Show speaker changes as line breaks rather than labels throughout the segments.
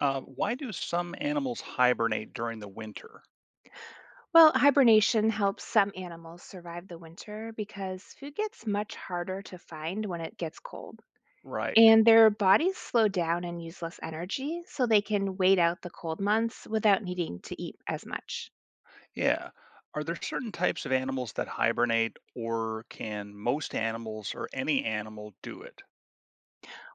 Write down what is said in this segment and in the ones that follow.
Why do some animals hibernate during the winter?
Well, hibernation helps some animals survive the winter because food gets much harder to find when it gets cold.
Right.
And their bodies slow down and use less energy, so they can wait out the cold months without needing to eat as much.
Yeah. Are there certain types of animals that hibernate, or can most animals or any animal do it?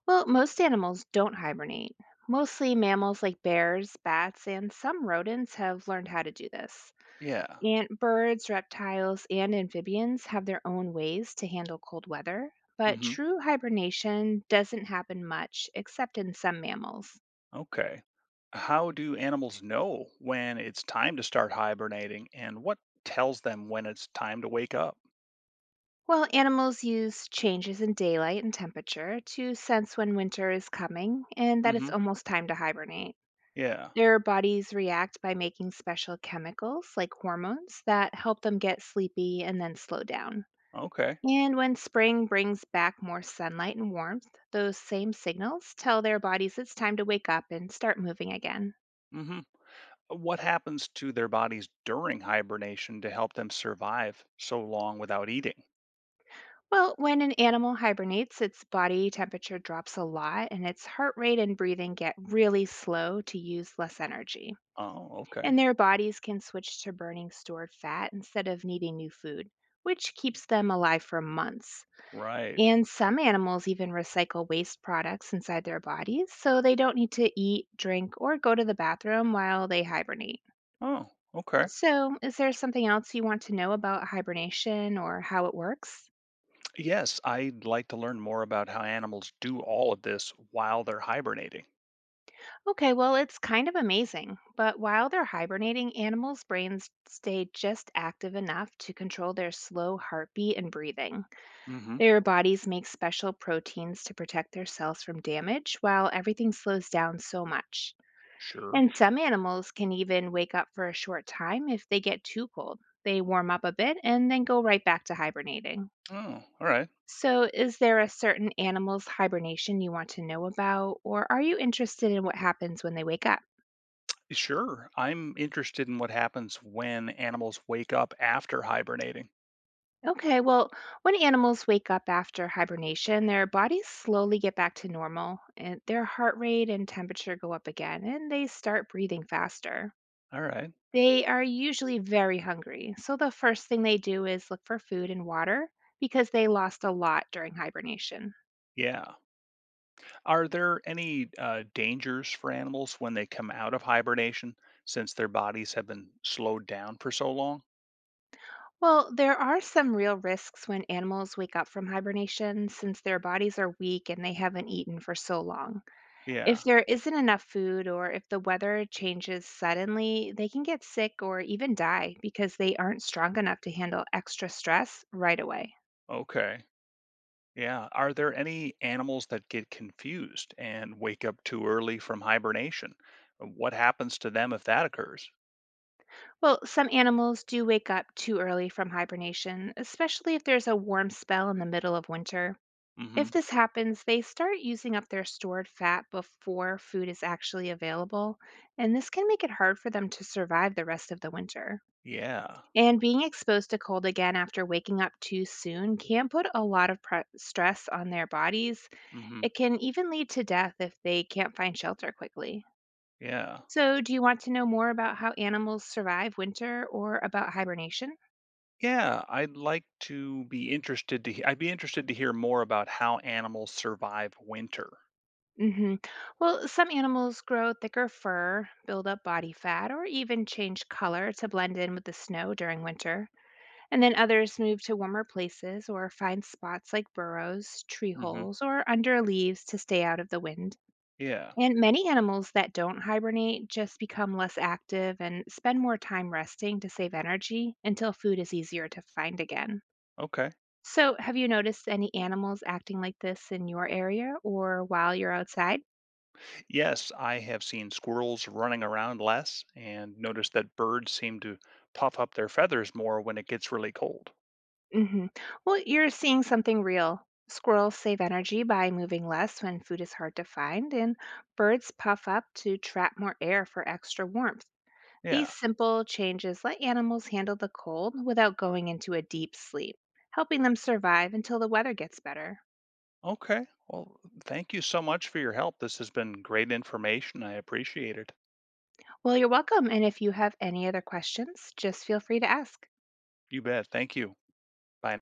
Well, most animals don't hibernate. Mostly mammals like bears, bats, and some rodents have learned how to do this.
Yeah.
And birds, reptiles, and amphibians have their own ways to handle cold weather, but
Hmm.
true hibernation doesn't happen much except in some mammals.
Okay. How do animals know when it's time to start hibernating, and what tells them when it's time to wake up?
Well, animals use changes in daylight and temperature to sense when winter is coming and that it's
Hmm.
almost time to hibernate.
Yeah.
Their bodies react by making special chemicals like hormones that help them get sleepy and then slow down.
Okay.
And when spring brings back more sunlight and warmth, those same signals tell their bodies it's time to wake up and start moving again.
Hmm. What happens to their bodies during hibernation to help them survive so long without eating?
Well, when an animal hibernates, its body temperature drops a lot and its heart rate and breathing get really slow to use less energy.
Oh, okay.
And their bodies can switch to burning stored fat instead of needing new food, which keeps them alive for months.
Right.
And some animals even recycle waste products inside their bodies, so they don't need to eat, drink, or go to the bathroom while they hibernate.
Oh, okay.
So, is there something else you want to know about hibernation or how it works?
Yes, I'd like to learn more about how animals do all of this while they're hibernating.
Okay, well, it's kind of amazing, but while they're hibernating, animals' brains stay just active enough to control their slow heartbeat and breathing.
Mm hmm.
Their bodies make special proteins to protect their cells from damage while everything slows down so much.
Sure.
And some animals can even wake up for a short time if they get too cold. They warm up a bit and then go right back to hibernating.
Oh, all right.
So, is there a certain animal's hibernation you want to know about, or are you interested in what happens when they wake up?
Sure. I'm interested in what happens when animals wake up after hibernating.
Okay, well, when animals wake up after hibernation, their bodies slowly get back to normal, and their heart rate and temperature go up again, and they start breathing faster.
All right.
They are usually very hungry, so the first thing they do is look for food and water because they lost a lot during hibernation.
Yeah. Are there any dangers for animals when they come out of hibernation since their bodies have been slowed down for so long?
Well, there are some real risks when animals wake up from hibernation since their bodies are weak and they haven't eaten for so long.
Yeah.
If there isn't enough food or if the weather changes suddenly, they can get sick or even die because they aren't strong enough to handle extra stress right away.
Okay. Yeah. Are there any animals that get confused and wake up too early from hibernation? What happens to them if that occurs?
Well, some animals do wake up too early from hibernation, especially if there's a warm spell in the middle of winter. If
Hmm.
this happens, they start using up their stored fat before food is actually available, and this can make it hard for them to survive the rest of the winter.
Yeah.
And being exposed to cold again after waking up too soon can put a lot of stress on their bodies.
Hmm.
It can even lead to death if they can't find shelter quickly.
Yeah.
So, do you want to know more about how animals survive winter or about hibernation?
Yeah. I'd like to be interested to. He- I'd be interested to hear more about how animals survive winter.
Hmm. Well, some animals grow thicker fur, build up body fat, or even change color to blend in with the snow during winter. And then others move to warmer places or find spots like burrows, tree
Hmm.
holes, or under leaves to stay out of the wind.
Yeah.
And many animals that don't hibernate just become less active and spend more time resting to save energy until food is easier to find again.
Okay.
So, have you noticed any animals acting like this in your area or while you're outside?
Yes, I have seen squirrels running around less and noticed that birds seem to puff up their feathers more when it gets really cold.
Hmm. Well, you're seeing something real. Squirrels save energy by moving less when food is hard to find, and birds puff up to trap more air for extra warmth.
Yeah.
These simple changes let animals handle the cold without going into a deep sleep, helping them survive until the weather gets better.
Okay. Well, thank you so much for your help. This has been great information. I appreciate it.
Well, you're welcome, and if you have any other questions, just feel free to ask.
You bet. Thank you. Bye.